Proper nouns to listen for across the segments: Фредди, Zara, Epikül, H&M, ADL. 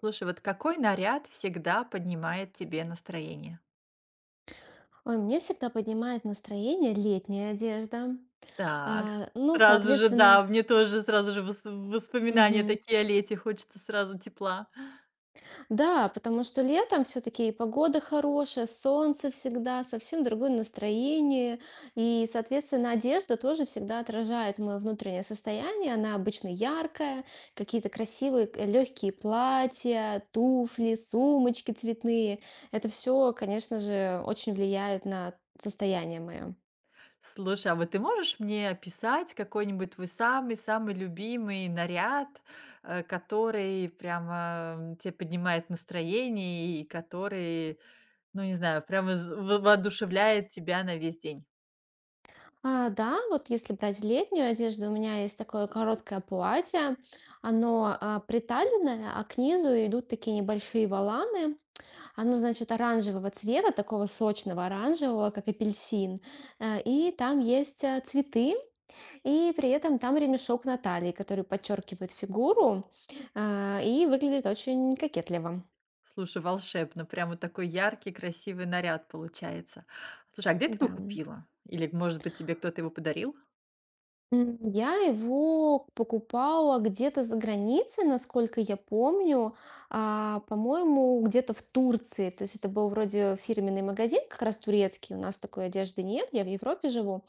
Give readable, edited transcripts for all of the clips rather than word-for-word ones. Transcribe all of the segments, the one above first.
Слушай, вот какой наряд всегда поднимает тебе настроение? Ой, мне всегда поднимает настроение летняя одежда. Так, с Ну, сразу же, соответственно. да, мне тоже сразу же воспоминания Мгм. такие о лете, хочется сразу тепла. Да, потому что летом все-таки и погода хорошая, солнце всегда, совсем другое настроение. И, соответственно, одежда тоже всегда отражает мое внутреннее состояние. Она обычно яркая, какие-то красивые легкие платья, туфли, сумочки цветные. Это все, конечно же, очень влияет на состояние мое. Слушай, а вот ты можешь мне описать какой-нибудь твой самый-самый любимый наряд, который прямо, м, те поднимает настроение и который, ну, не знаю, прямо з во воодушевляет тебя на весь день? Да, вот если брать летнюю одежду, у меня есть такое короткое платье, оно приталенное, а к низу идут такие небольшие валаны. Оно, значит, оранжевого цвета, такого сочного оранжевого, как апельсин. И там есть цветы, и при этом там ремешок на талии, который подчеркивает фигуру, и выглядит очень кокетливо. Слушай, волшебно. Прямо такой яркий, красивый наряд получается. Слушай, а где ты его Да. купила? Или, может быть, тебе кто-то его подарил? Я его покупала где-то за границей, насколько я помню, по-моему, где-то в Турции. То есть это был вроде фирменный магазин, как раз турецкий. У нас такой одежды нет, я в Европе живу.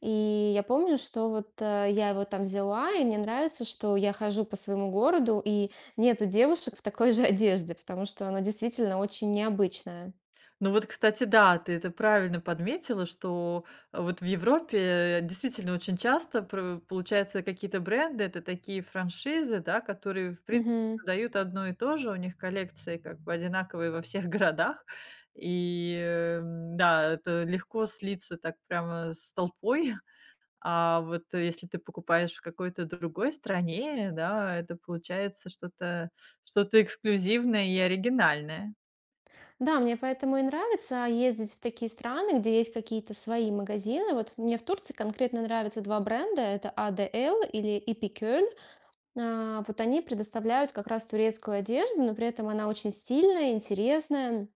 И я помню, что вот я его там взяла, и мне нравится, что я хожу по своему городу, и нету девушек в такой же одежде, потому что оно действительно очень необычное. Ну вот, кстати, да, ты это правильно подметила, что вот в Европе действительно очень часто получается какие-то бренды, это такие франшизы, да, которые, в принципе, Мгм. дают одно и то же, у них коллекции как бы одинаковые во всех городах, и да, это легко слиться так прямо с толпой. А вот если ты покупаешь в какой-то другой стране, да, это получается что-то эксклюзивное и оригинальное. Да, мне поэтому и нравится ездить в такие страны, где есть какие-то свои магазины. Вот мне в Турции конкретно нравятся два бренда, это ADL или Epikül. Вот они предоставляют как раз турецкую одежду, но при этом она очень стильная, интересная.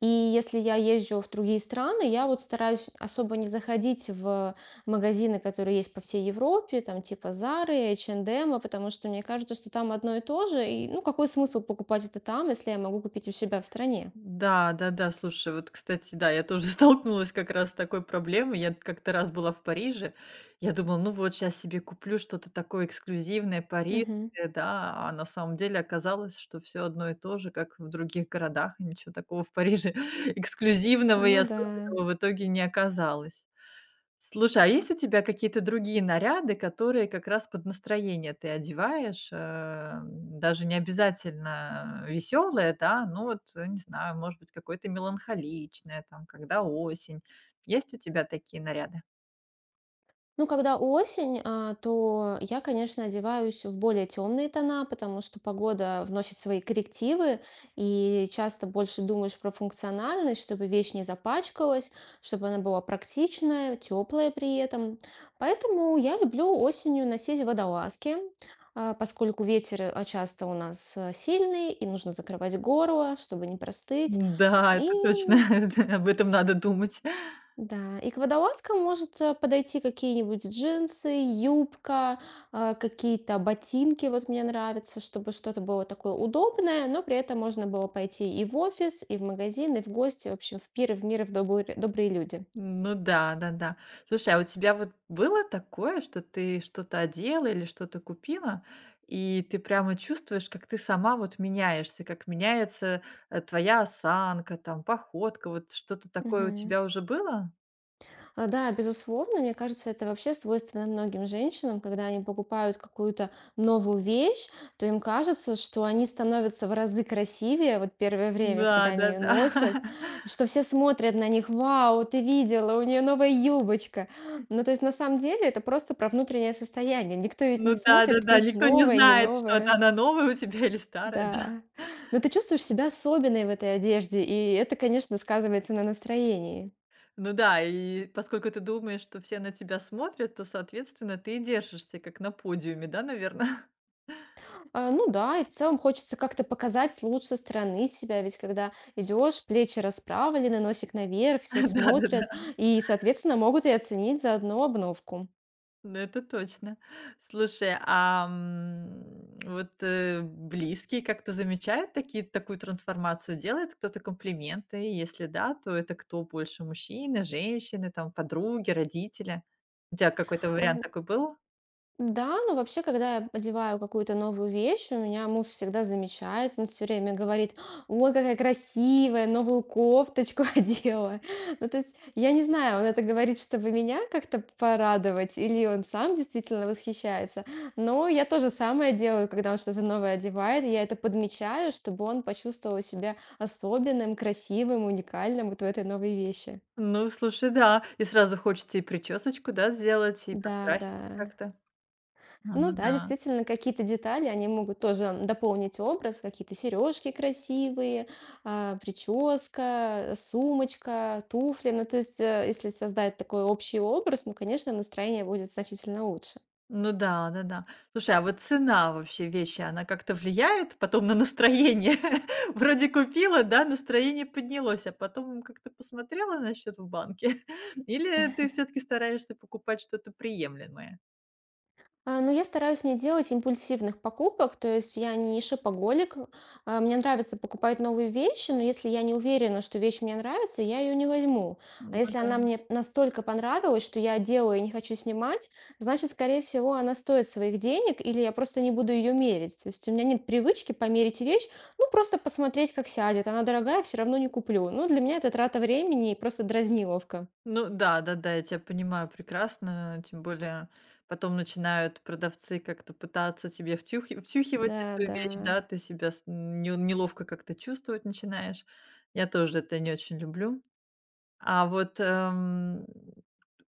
И если я езжу в другие страны, я вот стараюсь особо не заходить в магазины, которые есть по всей Европе, там типа Zara, H&M, потому что мне кажется, что там одно и то же, и ну какой смысл покупать это там, если я могу купить у себя в стране? Да, да-да, слушай, вот, кстати, да, я тоже столкнулась как раз с такой проблемой. Я как-то раз была в Париже, я думала, ну вот сейчас себе куплю что-то такое эксклюзивное, парижское, Мгм. да, а на самом деле оказалось, что все одно и то же, как в других городах, и ничего такого в Париже эксклюзивного и Ну да. особенного в итоге не оказалось. Слушай, а есть у тебя какие-то другие наряды, которые как раз под настроение ты одеваешь? Даже не обязательно веселое, да, ну вот, не знаю, может быть, какое-то меланхоличное, там, когда осень. Есть у тебя такие наряды? Ну, когда осень, то я, конечно, одеваюсь в более темные тона, потому что погода вносит свои коррективы, и часто больше думаешь про функциональность, чтобы вещь не запачкалась, чтобы она была практичная, теплая при этом. Поэтому я люблю осенью носить водолазки, поскольку ветер часто у нас сильный, и нужно закрывать горло, чтобы не простыть. Да, И это точно. Об этом надо думать. Да, и к водолазкам может подойти какие-нибудь джинсы, юбка, какие-то ботинки. Вот мне нравится, чтобы что-то было такое удобное, но при этом можно было пойти и в офис, и в магазин, и в гости, в общем, в пир, и в мир, и в добрые, добрые люди. Ну да, да-да. Слушай, а у тебя вот было такое, что ты что-то одела или что-то купила, и ты прямо чувствуешь, как ты сама вот меняешься, как меняется, твоя осанка, там, походка, вот что-то такое у Мгм. тебя уже было? Да, безусловно, мне кажется, это вообще свойственно многим женщинам, когда они покупают какую-то новую вещь, то им кажется, что они становятся в разы красивее вот первое время, когда Да, они ее да-да. носят, и что все смотрят на них, вау, ты видела, у нее новая юбочка. Ну, то есть на самом деле это просто про внутреннее состояние. Никто ведь Ну не смотрит, да-да-да, вещь никто не новая, не знает, что это новая. она новая у тебя или старая, да. Да. Но ты чувствуешь себя особенной в этой одежде, и это, конечно, сказывается на настроении. Ну да, и поскольку ты думаешь, что все на тебя смотрят, то, соответственно, ты и держишься, как на подиуме, да, наверное. Ну да, и в целом хочется как-то показать с лучшей стороны себя, ведь когда идешь, плечи расправлены, носик наверх, все смотрят Да-да-да. и, соответственно, могут и оценить заодно обновку. Ну, это точно. Слушай, близкие как-то замечают такие такую трансформацию? Делает кто-то комплименты? Если да, то это кто больше? Мужчины, женщины, там, подруги, родители? У тебя какой-то А, вариант такой был? Да, ну вообще, когда я одеваю какую-то новую вещь, у меня муж всегда замечает, он все время говорит, ой, какая красивая, новую кофточку одела. Ну то есть, я не знаю, он это говорит, чтобы меня как-то порадовать, или он сам действительно восхищается. Но я тоже самое делаю, когда он что-то новое одевает, я это подмечаю, чтобы он почувствовал себя особенным, красивым, уникальным вот в этой новой вещи. Ну, слушай, да. И сразу хочется и причесочку, да, сделать, и Да, да. подкраситься как-то. А, ну Ну да, да. действительно, какие-то детали, они могут тоже дополнить образ, какие-то сережки красивые, прическа, сумочка, туфли. Ну, то есть, если создать такой общий образ, ну, конечно, настроение будет значительно лучше. Ну да, да-да. Слушай, а вот цена вообще вещи, она как-то влияет потом на настроение? Вроде купила, да, настроение поднялось, а потом как-то посмотрела на счет в банке? Или ты все-таки стараешься покупать что-то приемлемое? Ну, я стараюсь не делать импульсивных покупок, то есть я не шопоголик. Мне нравится покупать новые вещи, но если я не уверена, что вещь мне нравится, я ее не возьму. Ну А если да. она мне настолько понравилась, что я делаю и не хочу снимать, значит, скорее всего, она стоит своих денег, или я просто не буду ее мерить. То есть у меня нет привычки померить вещь, ну, просто посмотреть, как сядет. Она дорогая, все равно не куплю. Ну, для меня это трата времени и просто дразниловка. Ну да, да-да, я тебя понимаю прекрасно. Тем более потом начинают продавцы как-то пытаться тебе втюхивать Да, эту да. вещь, да, ты себя неловко как-то чувствовать начинаешь. Я тоже это не очень люблю. А вот,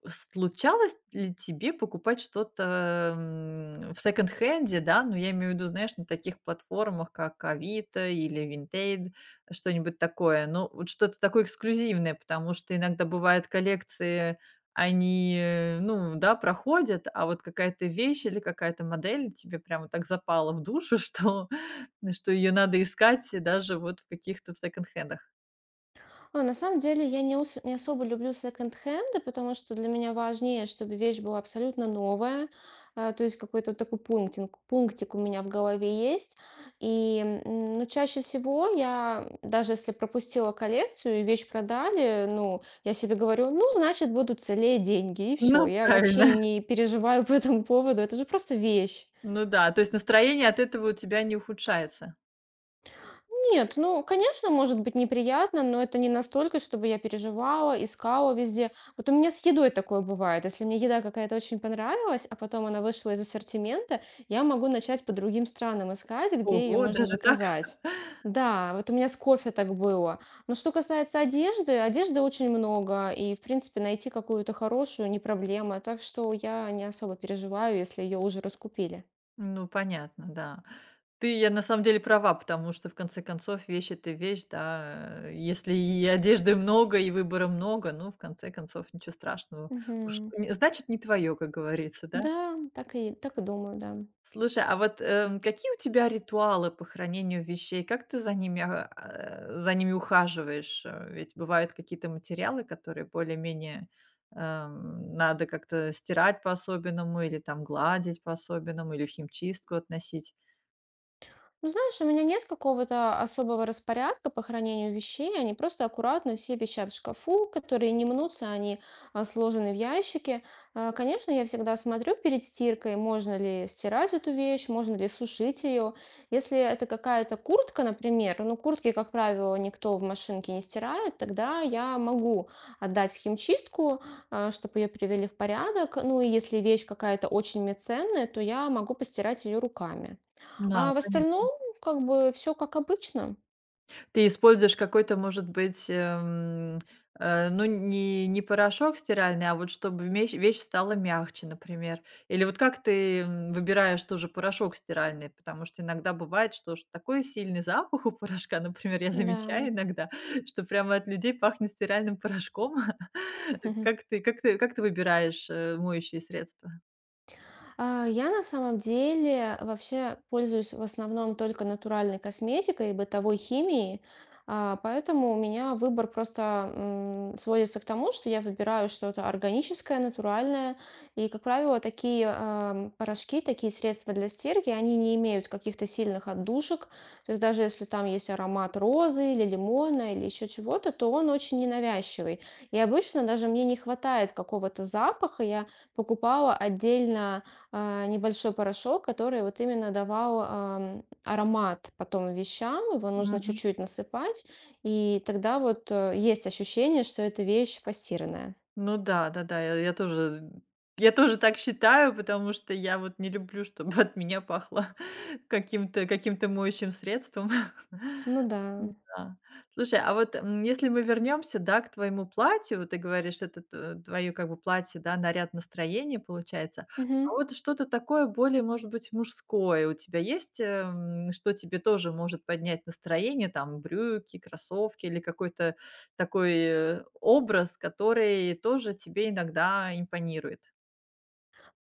случалось ли тебе покупать что-то, в секонд-хенде, да? Ну, я имею в виду, знаешь, на таких платформах, как "Авито" или "Винтейд", что-нибудь такое. Ну, вот что-то такое эксклюзивное, потому что иногда бывают коллекции, они, ну да, проходят, а вот какая-то вещь или какая-то модель тебе прямо так запала в душу, что что ее надо искать даже вот в каких-то в секонд-хендах. На самом деле я не особо люблю секонд-хенды, потому что для меня важнее, чтобы вещь была абсолютно новая. То есть какой-то вот такой пунктик у меня в голове есть. И ну, чаще всего я, даже если пропустила коллекцию и вещь продали, ну, я себе говорю, ну, значит, будут целее деньги, и все. Ну, Я вообще правильно. не переживаю по этому поводу. Это же просто вещь. Ну да, то есть настроение от этого у тебя не ухудшается? Нет, ну, конечно, может быть неприятно, но это не настолько, чтобы я переживала, искала везде. Вот у меня с едой такое бывает. Если мне еда какая-то очень понравилась, а потом она вышла из ассортимента, я могу начать по другим странам искать, где ее Ого, можно даже так? заказать. Да, вот у меня с кофе так было. Но что касается одежды, одежды очень много, и, в принципе, найти какую-то хорошую не проблема, так что я не особо переживаю, если ее уже раскупили. Ну, понятно, да. Ты, я на самом деле права, потому что в конце концов это вещь, да. Если и одежды много, и выбора много, ну, в конце концов, ничего страшного. Уж Мгм. не значит, не твое, как говорится, да? Да, так и думаю, да. Слушай, а вот, какие у тебя ритуалы по хранению вещей? Как ты за ними, за ними ухаживаешь? Ведь бывают какие-то материалы, которые более-менее, надо как-то стирать по-особенному или там гладить по-особенному, или в химчистку относить. Ну, знаешь, у меня нет какого-то особого распорядка по хранению вещей. Они просто аккуратно все вещат в шкафу, которые не мнутся, они сложены в ящике. Конечно, я всегда смотрю перед стиркой, можно ли стирать эту вещь, можно ли сушить ее. Если это какая-то куртка, например, ну, куртки, как правило, никто в машинке не стирает, тогда я могу отдать в химчистку, чтобы ее привели в порядок. Ну, и если вещь какая-то очень мне ценная, то я могу постирать ее руками. Да, А в конечно. остальном, как бы, все как обычно, Ты используешь какой-то, может быть, ну, не порошок стиральный, а вот чтобы меч вещь стала мягче, например. Или вот как ты, выбираешь тоже порошок стиральный? Потому что иногда бывает, что ж такой сильный запах у порошка, например, я да. замечаю иногда, что прямо от людей пахнет стиральным порошком. Как ты как ты как ты выбираешь, моющие средства? Я на самом деле вообще пользуюсь в основном только натуральной косметикой и бытовой химией, поэтому у меня выбор просто сводится к тому, что я выбираю что-то органическое, натуральное, и, как правило, такие порошки, такие средства для стирки, они не имеют каких-то сильных отдушек, то есть даже если там есть аромат розы или лимона или еще чего-то, то он очень ненавязчивый. И обычно даже мне не хватает какого-то запаха, я покупала отдельно небольшой порошок, который вот именно давал аромат потом вещам, его нужно чуть-чуть насыпать, и тогда вот есть ощущение, что эта вещь постиранная. Ну да, да-да, я тоже так считаю, потому что я вот не люблю, чтобы от меня пахло каким-то моющим средством. Ну да. Да. Слушай, а вот, если мы вернемся, да, к твоему платью, ты говоришь, это твоё как бы платье, да, наряд настроения получается. А Мгм. вот что-то такое более, может быть, мужское у тебя есть, что тебе тоже может поднять настроение? Там брюки, кроссовки или какой-то такой, образ, который тоже тебе иногда импонирует?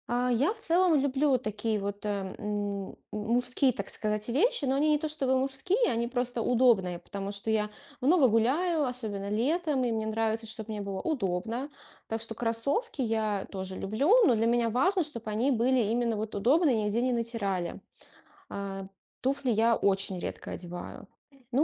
Я в целом люблю такие вот, мужские, так сказать, вещи, но они не то чтобы мужские, они просто удобные, потому что я много гуляю, особенно летом, и мне нравится, чтобы мне было удобно. Так что кроссовки я тоже люблю, но для меня важно, чтобы они были именно вот удобные, нигде не натирали. А, Туфли я очень редко одеваю.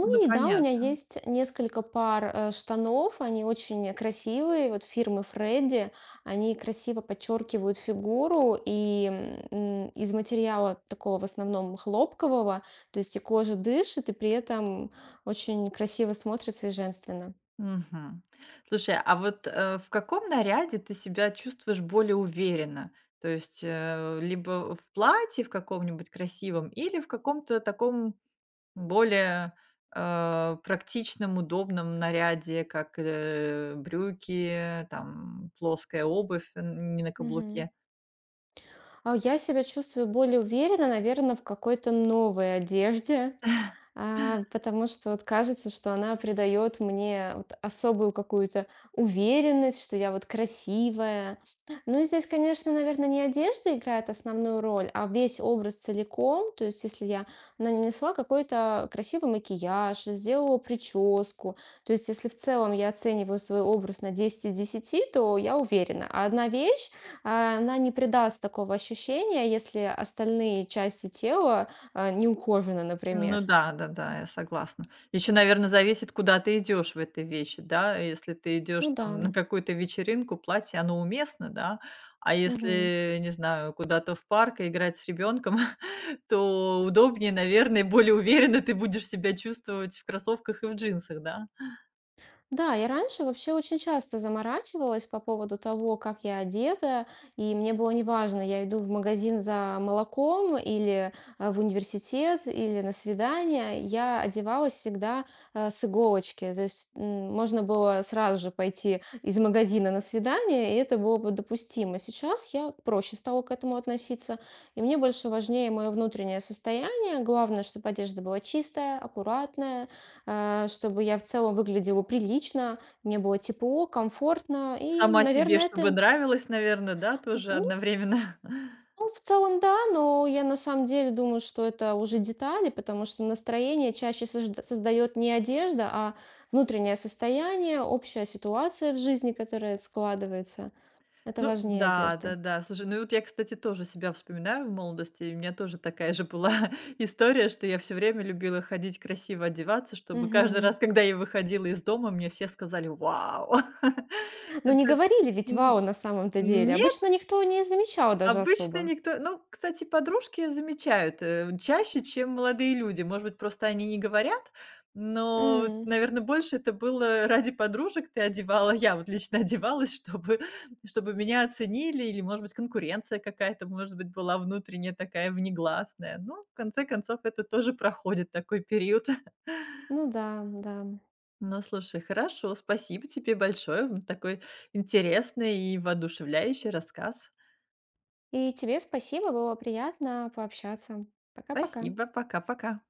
Ну, и да, у меня понятно. есть несколько пар штанов, они очень красивые, вот фирмы Фредди, они красиво подчеркивают фигуру и из материала такого в основном хлопкового, то есть и кожа дышит, и при этом очень красиво смотрится и женственно. Мгм. Слушай, а вот, в каком наряде ты себя чувствуешь более уверенно? То есть, либо в платье в каком-нибудь красивом или в каком-то таком более, практичном, удобном наряде, как, брюки, там плоская обувь, н не на Мгм. каблуке? А я себя чувствую более уверенно, наверное, в какой-то новой одежде. Потому что вот кажется, что она придает мне вот особую какую-то уверенность, что я вот красивая. Ну, здесь, конечно, наверное, не одежда играет основную роль, а весь образ целиком. То есть, если я нанесла какой-то красивый макияж, сделала прическу, то есть, если в целом я оцениваю свой образ на 10 из 10, то я уверена. А одна вещь, она не придаст такого ощущения, если остальные части тела не ухожены, например. Ну да, да-да, я согласна. Еще, наверное, зависит, куда ты идешь в этой вещи, да. Если ты идешь Ну да. там на какую-то вечеринку, платье, оно уместно, да. А Мгм. если, не знаю, куда-то в парк и играть с ребенком, то удобнее, наверное, и более уверенно ты будешь себя чувствовать в кроссовках и в джинсах, да. Да, я раньше вообще очень часто заморачивалась по поводу того, как я одета, и мне было неважно, я иду в магазин за молоком или в университет, или на свидание, я одевалась всегда с иголочки. То есть можно было сразу же пойти из магазина на свидание, и это было бы допустимо. Сейчас я проще стала к этому относиться, и мне больше важнее мое внутреннее состояние. Главное, чтобы одежда была чистая, аккуратная, чтобы я в целом выглядела прилично, мне было тепло, комфортно, и, Сама себе, наверное, чтобы это. нравилось, наверное, да, тоже Ну, одновременно. в целом да, но я на самом деле думаю, что это уже детали, потому что настроение чаще создает не одежда, а внутреннее состояние, общая ситуация в жизни, которая складывается. Это Ну важнее да, одежды. да-да. Слушай, ну и вот я, кстати, тоже себя вспоминаю в молодости. И у меня тоже такая же была история, что я все время любила ходить красиво одеваться, чтобы каждый Мгм. раз, когда я выходила из дома, мне все сказали: "Вау!" Но не Это говорили ведь вау на самом-то деле. н Обычно никто не замечал даже Обычно особо. никто ну, кстати, подружки замечают, чаще, чем молодые люди. Может быть, просто они не говорят, но, М, наверное, больше это было ради подружек ты одевала я вот лично одевалась, чтобы меня оценили или, может быть, конкуренция какая-то, может быть, была внутренняя такая, внегласная. Ну, в конце концов, это тоже проходит, такой период. Ну да, да. Ну, слушай, хорошо, спасибо тебе большое. Такой интересный и воодушевляющий рассказ. И тебе спасибо, было приятно пообщаться. Пока-пока. Спасибо, пока-пока.